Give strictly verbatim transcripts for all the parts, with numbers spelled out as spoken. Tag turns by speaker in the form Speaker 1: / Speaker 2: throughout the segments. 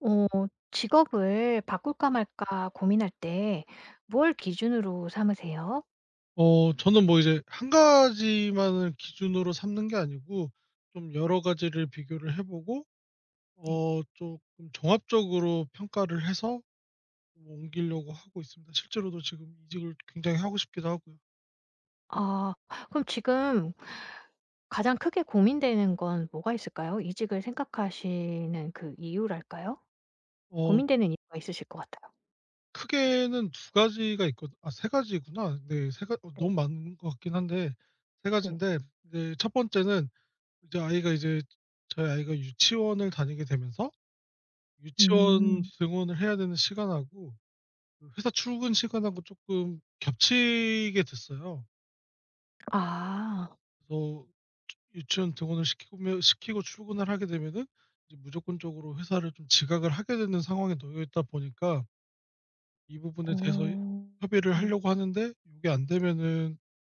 Speaker 1: 어, 직업을 바꿀까 말까 고민할 때 뭘 기준으로 삼으세요?
Speaker 2: 어 저는 뭐 이제 한 가지만을 기준으로 삼는 게 아니고, 좀 여러 가지를 비교를 해 보고,
Speaker 1: 네.
Speaker 2: 어 조금 종합적으로 평가를 해서 뭐 옮기려고 하고 있습니다. 실제로도 지금 이직을 굉장히 하고 싶기도 하고요.
Speaker 1: 아, 그럼 지금 가장 크게 고민되는 건 뭐가 있을까요? 이직을 생각하시는 그 이유랄까요?
Speaker 2: 어
Speaker 1: 고민되는 이유가 있으실 것 같아요.
Speaker 2: 크게는 두 가지가 있거든. 아, 세 가지구나. 네, 세 가 어
Speaker 1: 네.
Speaker 2: 너무 많은 것 같긴 한데 세
Speaker 1: 네.
Speaker 2: 가지인데, 이제 첫 번째는 이제 아이가 이제 저희 아이가 유치원을 다니게 되면서 유치원
Speaker 1: 음.
Speaker 2: 등원을 해야 되는 시간하고 그 회사 출근 시간하고 조금 겹치게 됐어요.
Speaker 1: 아.
Speaker 2: 그래서 유치원 등원을 시키며 시키고 출근을 하게 되면은 이제 무조건적으로 회사를 좀 지각을 하게 되는 상황에 놓여 있다 보니까 이 부분에 대해서
Speaker 1: 어.
Speaker 2: 협의를
Speaker 1: 어.
Speaker 2: 하려고 하는데, 이게 안 되면은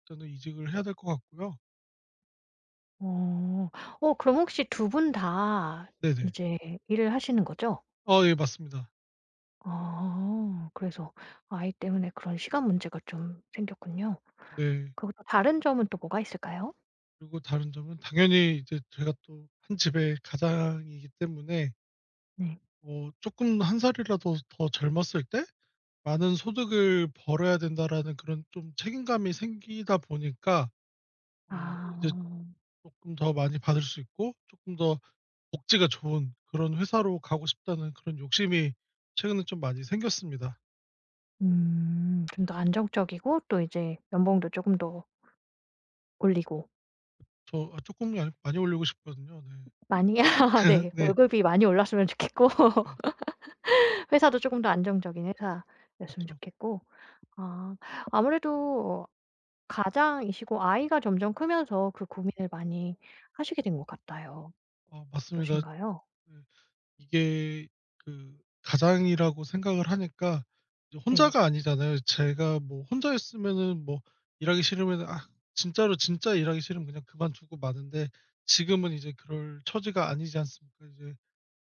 Speaker 2: 일단은 이직을 해야 될 것 같고요.
Speaker 1: 어, 어, 그럼 혹시 두 분 다
Speaker 2: 네네.
Speaker 1: 이제 일을 하시는 거죠?
Speaker 2: 아, 예, 맞습니다.
Speaker 1: 아. 그래서 아이 때문에 그런 시간 문제가 좀 생겼군요.
Speaker 2: 네.
Speaker 1: 그리고 또 다른 점은 또 뭐가 있을까요?
Speaker 2: 그리고 다른 점은 당연히 이제 제가 또 한 집의 가장이기 때문에
Speaker 1: 네.
Speaker 2: 어금한 살이라도 더 젊었을 때 많은 소득을 벌어야 된다라는 그런 좀 책임감이 생기다 보니까, 어 이제
Speaker 1: 아.
Speaker 2: 쪼끔 더 많이 받을 수 있고 쪼끔 더 복지가 좋은 그런 회사로 가고 싶다는 그런 욕심이 최근에 좀 많이 생겼습니다.
Speaker 1: 음. 좀 더 안정적이고 또 이제 연봉도 조금 더 올리고
Speaker 2: 저 아 쪼끔이 아니고 많이 올리고 싶거든요. 네.
Speaker 1: 많이 네.
Speaker 2: 네.
Speaker 1: 월급이 많이 올랐으면 좋겠고
Speaker 2: 네.
Speaker 1: 회사도 조금 더 안정적인 회사였으면
Speaker 2: 그쵸.
Speaker 1: 좋겠고. 아. 아무래도 가장이시고 아이가 점점 크면서 그 고민을 많이 하시게 된 것 같아요.
Speaker 2: 어
Speaker 1: 그러
Speaker 2: 맞습니다.
Speaker 1: 신가요
Speaker 2: 네. 이게 그 가장이라고 생각을 하니까 이제
Speaker 1: 네.
Speaker 2: 혼자가 아니잖아요. 제가 뭐 혼자 했으면은 뭐 일하기 싫으면 아 진짜로 진짜 일하기 싫으면 그냥 그만두고 마는데, 지금은 이제 그럴 처지가 아니지 않습니까? 이제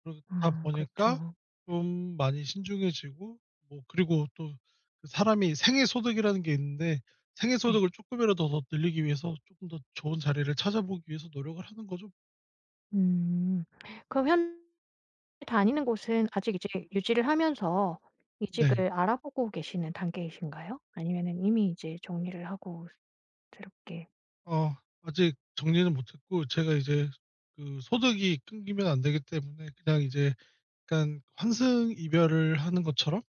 Speaker 2: 그러다
Speaker 1: 음,
Speaker 2: 보니까
Speaker 1: 그렇죠.
Speaker 2: 좀 많이 신중해지고, 뭐 그리고 또, 그 사람이 생애 소득이라는 게 있는데, 생애
Speaker 1: 네.
Speaker 2: 소득을 조금이라도 더 늘리기 위해서 조금 더 좋은 자리를 찾아보기 위해서 노력을 하는 거죠.
Speaker 1: 음. 그럼 현 다니는 곳은 아직 이제 유지를 하면서
Speaker 2: 네.
Speaker 1: 이직을 알아보고 계시는 단계이신가요? 아니면은 이미 이제 정리를 하고 새롭게.
Speaker 2: 어 아직 정리는 못 했고, 제가 이제 그 소득이 끊기면 안 되기 때문에 그냥 이제 약간 환승 이별을 하는 것처럼,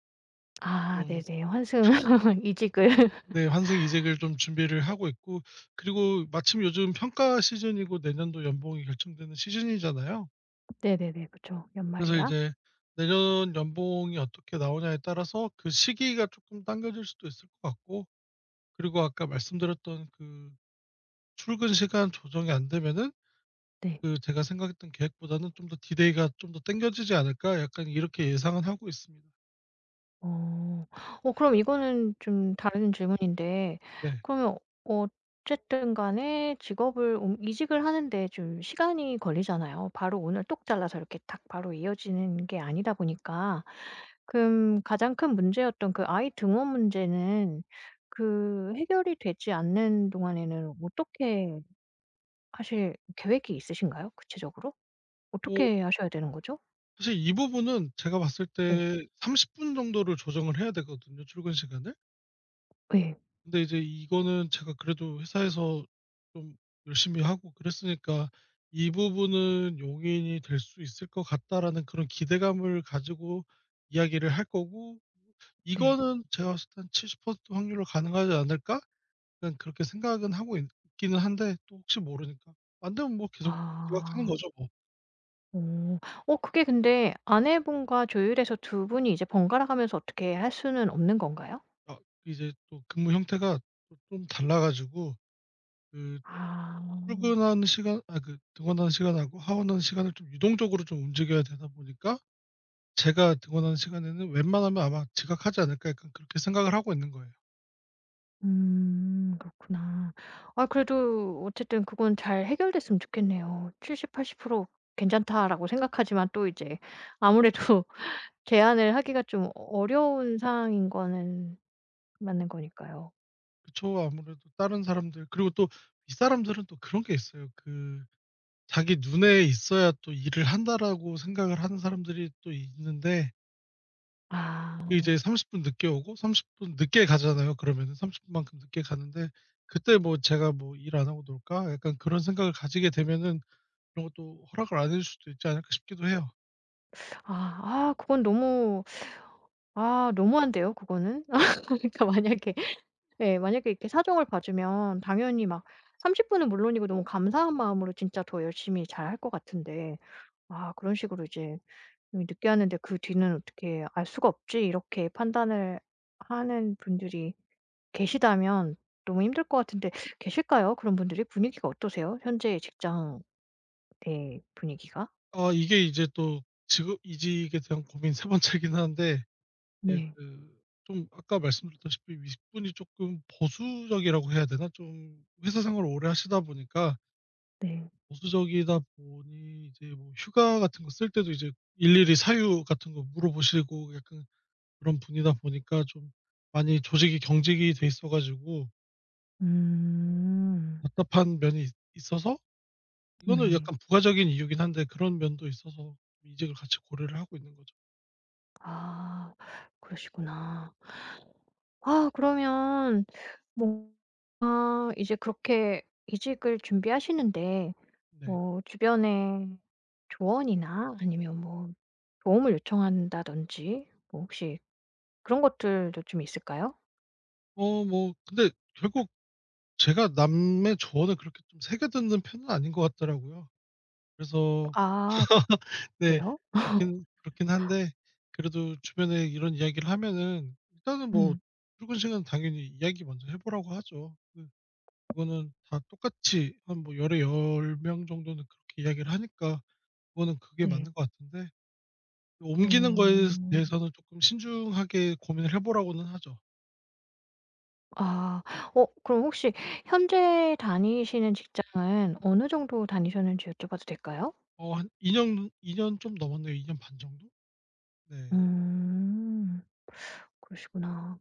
Speaker 1: 아
Speaker 2: 좀,
Speaker 1: 네네. 환승 이직을.
Speaker 2: 네, 환승 이직을 좀 준비를 하고 있고, 그리고 마침 요즘 평가 시즌이고 내년도 연봉이 결정되는 시즌이잖아요.
Speaker 1: 네네네. 그쵸.
Speaker 2: 그래서
Speaker 1: 연말이라.
Speaker 2: 이제 내년 연봉이 어떻게 나오냐에 따라서 그 시기가 조금 당겨질 수도 있을 것 같고, 그리고 아까 말씀드렸던 그 출근 시간 조정이 안 되면은
Speaker 1: 네.
Speaker 2: 그 제가 생각했던 계획보다는 좀 더 디데이가 좀 더 당겨지지 않을까 약간 이렇게 예상은 하고 있습니다.
Speaker 1: 어. 어 그럼 이거는 좀 다른 질문인데
Speaker 2: 네.
Speaker 1: 그러면 어쨌든 간에 직업을 옮 이직을 하는데 좀 시간이 걸리잖아요. 바로 오늘 똑 잘라서 이렇게 딱 바로 이어지는 게 아니다 보니까. 그럼 가장 큰 문제였던 그 아이 등원 문제는 그 해결이 되지 않는 동안에는 어떻게 하실 계획이 있으신가요? 구체적으로?
Speaker 2: 뭐
Speaker 1: 어떻게 하셔야 되는 거죠?
Speaker 2: 사실 이 부분은 제가 봤을
Speaker 1: 네.
Speaker 2: 때 삼십 분 정도를 조정을 해야 되거든요, 출근 시간을.
Speaker 1: 네,
Speaker 2: 근데 이제 이거는 제가 그래도 회사에서 좀 열심히 하고 그랬으니까 '이 부분은 용인이 될 수 있을 것 같다.'라는 그런 기대감을 가지고 이야기를 할 거고,
Speaker 1: 네.
Speaker 2: '이거는 제가 봤을 때 한 칠십 퍼센트 확률로 가능하지 않을까?' 그냥 그렇게 생각은 하고 있 있기는 한데 또 혹시 모르니까 안 되면 뭐 계속 지각하는
Speaker 1: 아.
Speaker 2: 거죠 뭐.
Speaker 1: 어. 어 그게 근데 아내분과 조율해서 두 분이 이제 번갈아 가면서 어떻게 할 수는 없는 건가요?
Speaker 2: 아, 이제 또 근무 형태가 또좀 달라 가지고, 그
Speaker 1: 아.
Speaker 2: 출근하는 시간 아 그 등원하는 시간하고 하원하는 시간을 좀 유동적으로 좀 움직여야 되다 보니까 제가 등원하는 시간에는 웬만하면 아마 '지각하지 않을까.' 약간 그렇게 생각을 하고 있는 거예요.
Speaker 1: 음. 그렇구나. 아 그래도 어쨌든 그건 잘 해결됐으면 좋겠네요. 칠십-팔십 퍼센트 괜찮다라고 생각하지만 또 이제 아무래도 제안을 하기가 좀 어려운 상황인 거는 맞는 거니까요.
Speaker 2: 그쵸. 아무래도 다른 사람들 그리고 또 윗사람들은 또 그런 게 있어요. 그, '자기 눈에 있어야 또 일을 한다.'라고 생각을 하는 사람들이 또 있는데,
Speaker 1: 아.
Speaker 2: 이제 삼십 분 늦게 오고 삼십 분 늦게 가잖아요 그러면은. 삼십 분만큼 늦게 가는데 그때 뭐 '제가 뭐 일 안 하고 놀까?' 약간 그런 생각을 가지게 되면은 그런 것도 허락을 안 해줄 수도 있지 않을까 싶기도 해요.
Speaker 1: 아. 아 그건 너무 아 너무한데요 그거는. 그러니까 만약에 예. 만약에 이렇게 사정을 봐주면 당연히 막 30 분은 물론이고 너무 감사한 마음으로 진짜 더 열심히 잘할 것 같은데 아 그런 식으로 이제 좀 늦게 하는데 '그 뒤는 어떻게 알 수가 없지.' 이렇게 판단을 하는 분들이 계시다면 너무 힘들 것 같은데 계실까요? 그런 분들이? 분위기가 어떠세요? 현재 직장 내 분위기가?
Speaker 2: 아, 이게 이제 또 직업 이직에 대한 고민 세 번째이긴 한데, 이제
Speaker 1: 네.
Speaker 2: 그 좀 아까 말씀드렸다시피 윗분이 쪼끔 보수적이라고 해야 되나? 좀 회사 생활을 오래 하시다 보니까
Speaker 1: 네.
Speaker 2: 보수적이다 보니 이제 뭐 휴가 같은 거 쓸 때도 이제 일일이 사유 같은 거 물어보시고 약간 그런 분이다 보니까 좀 많이 조직이 경직이 돼 있어 가지고 어 좀
Speaker 1: 음.
Speaker 2: 답답한 면이 있 있어서 이거는
Speaker 1: 네.
Speaker 2: 약간 부가적인 이유긴 한데 그런 면도 있어서 이직을 같이 고려를 하고 있는 거죠.
Speaker 1: 아 그러시구나. 아 그러면 뭔가 이제 그렇게 이직을 준비하시는데
Speaker 2: 네.
Speaker 1: 뭐 주변에 조언이나 아니면 뭐 도움을 요청한다든지 뭐 혹시 그런 것들도 좀 있을까요?
Speaker 2: 어 뭐 근데 결국 제가 남의 조언을 그렇게 좀 새겨 듣는 편은 아닌 것 같더라고요. 그래서
Speaker 1: 아
Speaker 2: 네.
Speaker 1: 그래요?
Speaker 2: 그렇긴 그렇긴 한데 그래도 주변에 이런 이야기를 하면은 일단은 뭐
Speaker 1: 음
Speaker 2: 출근 시간 당연히 이야기 먼저 해 보라고 하죠. 네. 그거는 다 똑같이 한 뭐 열에 열 명 정도는 그렇게 이야기를 하니까 그거는 그게
Speaker 1: 네.
Speaker 2: 맞는 것 같은데, 옮기는, 네, 거에
Speaker 1: 어.
Speaker 2: 대해서는 쪼끔 신중하게 고민을 해 보라고는 하죠.
Speaker 1: 아. 어 그럼 혹시 현재 다니시는 직장은 어느 정도 다니셨는지 여쭤봐도 될까요?
Speaker 2: 어 한 이 년이 년 좀 넘었네요. 이 년 반 정도? 네.
Speaker 1: 음. 그러시구나.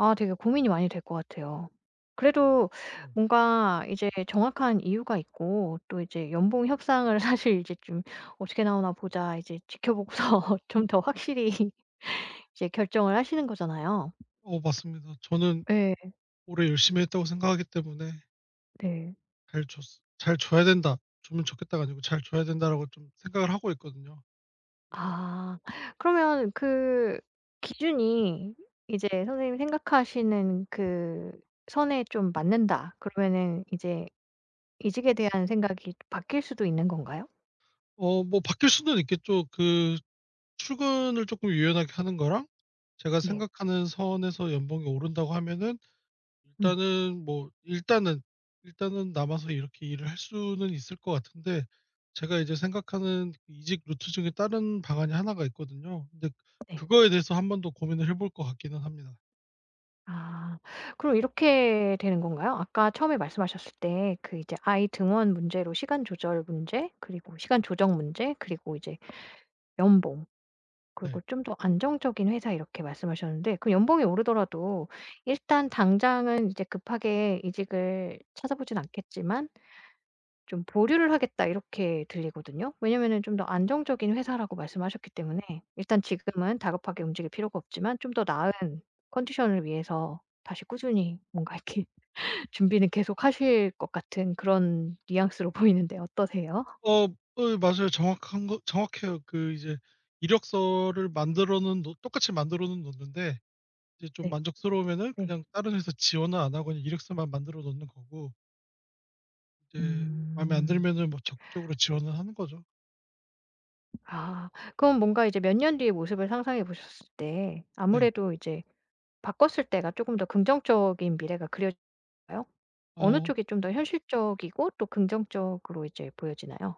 Speaker 1: 아 되게 고민이 많이 될 것 같아요. 그래도
Speaker 2: 네.
Speaker 1: 뭔가 이제 정확한 이유가 있고 또 이제 연봉 협상을 사실 이제 좀 '어떻게 나오나 보자.' 이제 지켜보고서 좀 더 확실히 이제 결정을 하시는 거잖아요.
Speaker 2: 어 맞습니다. 저는
Speaker 1: 네,
Speaker 2: '올해 열심히 했다.'고 생각하기 때문에
Speaker 1: 네.
Speaker 2: '잘 줬으 잘 줘야 된다. 주면 좋겠다.'가 아니고 '잘 줘야 된다.'라고 좀 생각을 하고 있거든요. 이제
Speaker 1: 아. 그러면 그 기준이 이제 선생님이 생각하시는 그 선에 좀 맞는다 그러면은 이제 이직에 대한 생각이 바뀔 수도 있는 건가요?
Speaker 2: 어 뭐 바뀔 수는 있겠죠. 그 출근을 조금 유연하게 하는 거랑 제가
Speaker 1: 네.
Speaker 2: 생각하는 선에서 연봉이 오른다고 하면은
Speaker 1: 음.
Speaker 2: 일단은 뭐, 일단은, 일단은 남아서 이렇게 일을 할 수는 있을 것 같은데, 제가 이제 생각하는 이직 루트 중에 다른 방안이 하나가 있거든요. 근데
Speaker 1: 네.
Speaker 2: 그거에 대해서 한 번 더 고민을 해볼 것 같기는 합니다.
Speaker 1: 아. 그럼 이렇게 되는 건가요? 아까 처음에 말씀하셨을 때 그 이제 아이 등원 문제로 시간 조절 문제 그리고 시간 조정 문제 그리고 이제 연봉
Speaker 2: 네.
Speaker 1: 그리고 좀 더 안정적인 회사 이렇게 말씀하셨는데 그 연봉이 오르더라도 일단 당장은 이제 급하게 이직을 찾아보진 않겠지만 좀 '보류를 하겠다.' 이렇게 들리거든요. 왜냐면은 좀 더 안정적인 회사라고 말씀하셨기 때문에 일단 지금은 다급하게 움직일 필요가 없지만 좀 더 나은 컨디션을 위해서 다시 꾸준히 뭔가 이렇게 준비는 계속 하실 것 같은 그런 뉘앙스로 보이는데 어떠세요?
Speaker 2: 어 어, 맞아요. 정확한 거 정확해요. 그 이제 이력서를 만들어는 놓 똑같이 만들어는 놓는데, 이제 좀
Speaker 1: 네.
Speaker 2: 만족스러우면은
Speaker 1: 네.
Speaker 2: 그냥 다른 회사 지원을 안 하고 그냥 이력서만 만들어 놓는 거고, 이제 마음에 안
Speaker 1: 음.
Speaker 2: 들면은 뭐 적극적으로 지원을 하는 거죠.
Speaker 1: 아 그럼 뭔가 이제 몇 년 뒤의 모습을 상상해 보셨을 때
Speaker 2: 네.
Speaker 1: 아무래도 이제 바꿨을 때가 조금 더 긍정적인 미래가 그려 까요? 어느
Speaker 2: 어
Speaker 1: 쪽이 좀 더 현실적이고 또 긍정적으로 이제 보여지나요?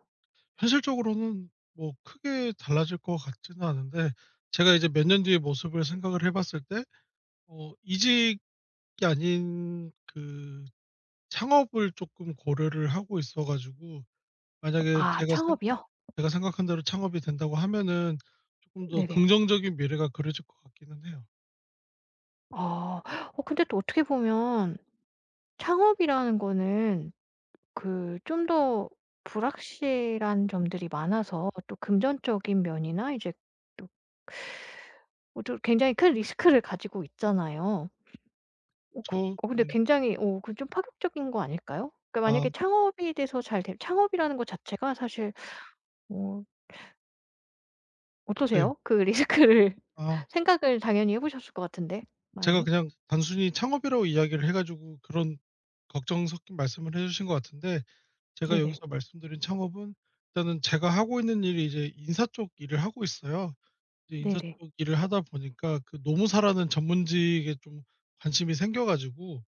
Speaker 2: 현실적으로는 뭐 크게 달라질 것 같지는 않은데, 제가 이제 몇 년 뒤의 모습을 생각을 해 봤을 때 어 이직이 아닌 그 창업을 쪼끔 고려를 하고 있어 가지고, 만약에
Speaker 1: 아
Speaker 2: 제가 생
Speaker 1: 창업이요?
Speaker 2: 제가 생각한 대로 창업이 된다고 하면은 쪼끔 더
Speaker 1: 네네.
Speaker 2: 긍정적인 미래가 그려질 것 같기는 해요.
Speaker 1: 아. 어 근데 또 어떻게 보면 창업이라는 거는 그 좀 더 불확실한 점들이 많아서 또 금전적인 면이나 이제 또 어 좀 굉장히 큰 리스크를 가지고 있잖아요. 어 그
Speaker 2: 저
Speaker 1: 어 근데
Speaker 2: 네.
Speaker 1: 굉장히 어 그 좀 파격적인 거 아닐까요? 그러니까
Speaker 2: 아,
Speaker 1: 만약에 창업이 돼서 잘 되 창업이라는 거 자체가 사실 어
Speaker 2: 네.
Speaker 1: 어떠세요? 그 리스크를
Speaker 2: 아
Speaker 1: 생각을 당연히 해 보셨을 것 같은데
Speaker 2: 제가
Speaker 1: 많이.
Speaker 2: 그냥 단순히 창업이라고 이야기를 해 가지고 그런 걱정 섞인 말씀을 해 주신 것 같은데, 제가
Speaker 1: 네네.
Speaker 2: 여기서 말씀드린 창업은, 일단은 제가 하고 있는 일이 이제 인사 쪽 일을 하고 있어요. 이제 인사
Speaker 1: 네네.
Speaker 2: 쪽 일을 하다 보니까 그 노무사라는 전문직에 좀 관심이 생겨 가지고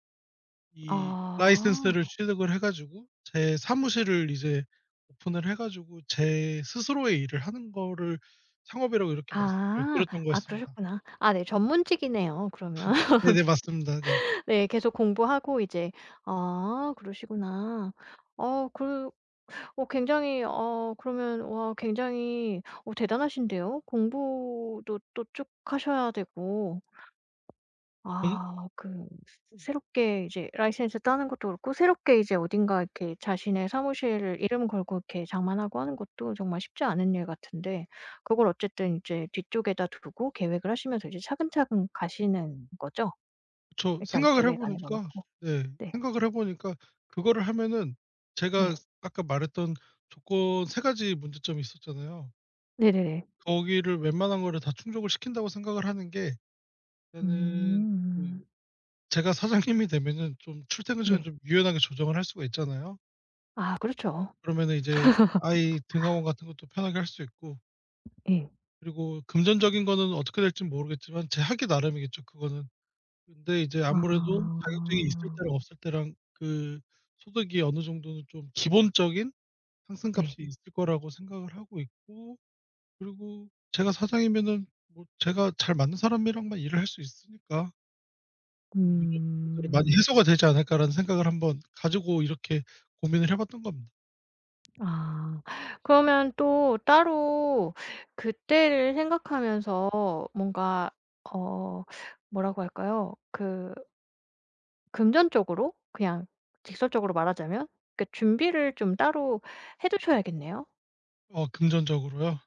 Speaker 2: 이
Speaker 1: 아.
Speaker 2: 라이센스를 취득을 해 가지고 제 사무실을 이제 오픈을 해 가지고 제 스스로의 일을 하는 거를 창업이라고 이렇게 말씀을
Speaker 1: 아.
Speaker 2: 드렸던
Speaker 1: 아
Speaker 2: 거였습니다.
Speaker 1: 그러셨구나. 아네 전문직이네요 그러면.
Speaker 2: 네네, 맞습니다. 네.
Speaker 1: 네 계속 공부하고 이제 아 그러시구나. 어 그 어 굉장히 어 그러면 와 굉장히 어 대단하신데요. 공부도 또 쭉 하셔야 되고 아 그 새롭게 이제 라이센스 따는 것도 그렇고 새롭게 이제 어딘가 이렇게 자신의 사무실을 이름 걸고 이렇게 장만하고 하는 것도 정말 쉽지 않은 일 같은데 그걸 어쨌든 이제 뒤쪽에다 두고 계획을 하시면서 이제 차근차근 가시는 거죠?
Speaker 2: 그쵸.
Speaker 1: 일단
Speaker 2: 생각을 해
Speaker 1: 계획 안에 넣어
Speaker 2: 보니까,
Speaker 1: 놓고.
Speaker 2: 네,
Speaker 1: 네.
Speaker 2: 생각을 해 보니까 그거를 하면은 제가
Speaker 1: 네.
Speaker 2: 아까 말했던 조건 세 가지 문제점이 있었잖아요.
Speaker 1: 네네네.
Speaker 2: 거기를 웬만한 거를 다 충족을 시킨다고 생각을 하는 게, 일단은
Speaker 1: 음.
Speaker 2: 그 제가 사장님이 되면은 좀 출퇴근 시간
Speaker 1: 네.
Speaker 2: 좀 유연하게 조정을 할 수가 있잖아요.
Speaker 1: 아 그렇죠.
Speaker 2: 그러면은 이제 아이 등하원 같은 것도 편하게 할 수 있고,
Speaker 1: 예.
Speaker 2: 그리고 금전적인 거는 어떻게 될진 모르겠지만 제 학위 나름이겠죠 그거는. 근데 이제 아무래도 자격증이 있을
Speaker 1: 아.
Speaker 2: 때랑 없을 때랑 그 소득이 어느 정도는 좀 기본적인 상승값이
Speaker 1: 네.
Speaker 2: 있을 거라고 생각을 하고 있고, 그리고 제가 사장이면은 뭐 제가 잘 맞는 사람이랑만 일을 할 수 있으니까 뭐 이런 것들이 많이
Speaker 1: 음.
Speaker 2: 해소가 되지 않을까라는 생각을 한번 가지고 이렇게 고민을 해 봤던 겁니다.
Speaker 1: 아. 그러면 또 따로 그때를 생각하면서 뭔가 어 뭐라고 할까요? 그 금전적으로 그냥 직설적으로 말하자면 그 준비를 좀 따로 해 두셔야겠네요.
Speaker 2: 어 금전적으로요?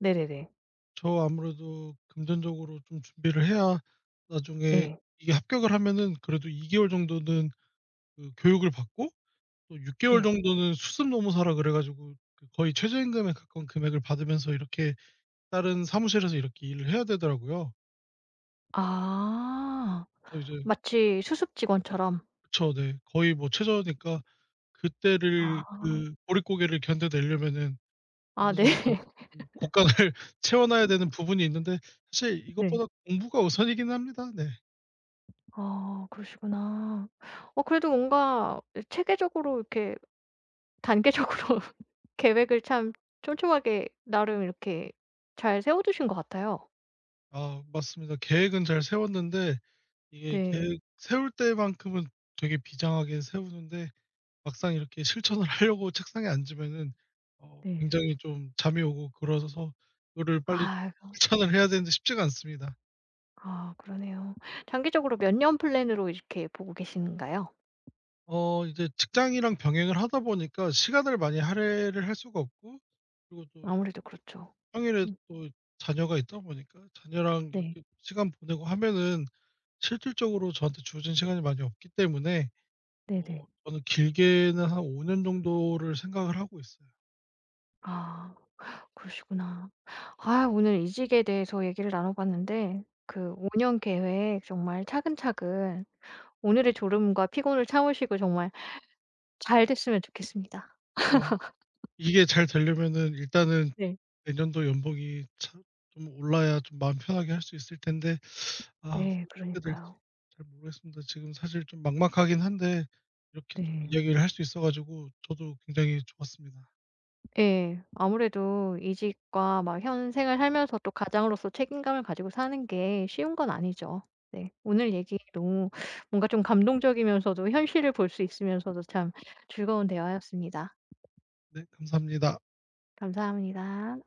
Speaker 1: 네네네.
Speaker 2: 저 아무래도 금전적으로 좀 준비를 해야, 나중에
Speaker 1: 예.
Speaker 2: 이게 합격을 하면은 그래도 이 개월 정도는 그 교육을 받고, 또 육 개월
Speaker 1: 네.
Speaker 2: 정도는 수습 노무사라 그래 가지고 그 거의 최저임금에 가까운 금액을 받으면서 이렇게 다른 사무실에서 이렇게 일을 해야 되더라고요.
Speaker 1: 아.
Speaker 2: 그래서 이제
Speaker 1: 마치 수습 직원처럼.
Speaker 2: 그쵸, 네. 거의 뭐 최저니까 그때를,
Speaker 1: 아.
Speaker 2: 그 보릿고개를 견뎌내려면은
Speaker 1: 아
Speaker 2: 어느
Speaker 1: 네.
Speaker 2: 정도 좀 곡간을 채워 놔야 되는 부분이 있는데, 사실
Speaker 1: 네.
Speaker 2: 이것보다 공부가 우선이긴 합니다. 네.
Speaker 1: 아 그러시구나. 어 그래도 뭔가 체계적으로 이렇게 단계적으로 계획을 참 촘촘하게 나름 이렇게 잘 세워 두신 것 같아요.
Speaker 2: 아, 맞습니다. 계획은 잘 세웠는데 이게
Speaker 1: 네.
Speaker 2: 계획 세울 때만큼은 되게 비장하게 세우는데 막상 이렇게 실천을 하려고 책상에 앉으면은 어
Speaker 1: 네.
Speaker 2: 굉장히 좀 잠이 오고 그러셔서 이거를 빨리 좀
Speaker 1: 아 그
Speaker 2: 실천을 해야 되는데 쉽지가 않습니다.
Speaker 1: 아 그러네요. 장기적으로 몇 년 플랜으로 이렇게 보고 계시는가요?
Speaker 2: 어 이제 직장이랑 병행을 하다 보니까 시간을 많이 할애를 할 수가 없고, 그리고 또
Speaker 1: 아무래도 그렇죠.
Speaker 2: 평일에
Speaker 1: 음.
Speaker 2: 또 자녀가 있다 보니까 자녀랑
Speaker 1: 네.
Speaker 2: 이렇게 시간 보내고 하면은 실질적으로 저한테 주어진 시간이 많이 없기 때문에 어
Speaker 1: 네네.
Speaker 2: 저는 길게는 한 오 년 정도를 생각을 하고 있어요.
Speaker 1: 아 그러시구나. 아 오늘 이직에 대해서 얘기를 나눠 봤는데 그 오 년 계획 정말 차근차근 오늘의 졸음과 피곤을 참으시고 정말 잘 됐으면 좋겠습니다.
Speaker 2: 아, 이게 잘 되려면은 일단은
Speaker 1: 네.
Speaker 2: 내년도 연봉이 참 좀 올라야 좀 마음 편하게 할 수 있을 텐데, 아,
Speaker 1: 네.
Speaker 2: 어떻게 될지
Speaker 1: 그러니까요.
Speaker 2: 잘 모르겠습니다. 지금 사실 좀 막막하긴 한데 이렇게 좀
Speaker 1: 네.
Speaker 2: 이야기를 할 수 있어 가지고 저도 굉장히 좋았습니다.
Speaker 1: 예. 아무래도 이직과 막 현 생을 살면서 또 가장으로서 책임감을 가지고 사는 게 쉬운 건 아니죠. 네. 오늘 얘기 너무 뭔가 좀 감동적이면서도 현실을 볼 수 있으면서도 참 즐거운 대화였습니다.
Speaker 2: 네, 감사합니다.
Speaker 1: 감사합니다.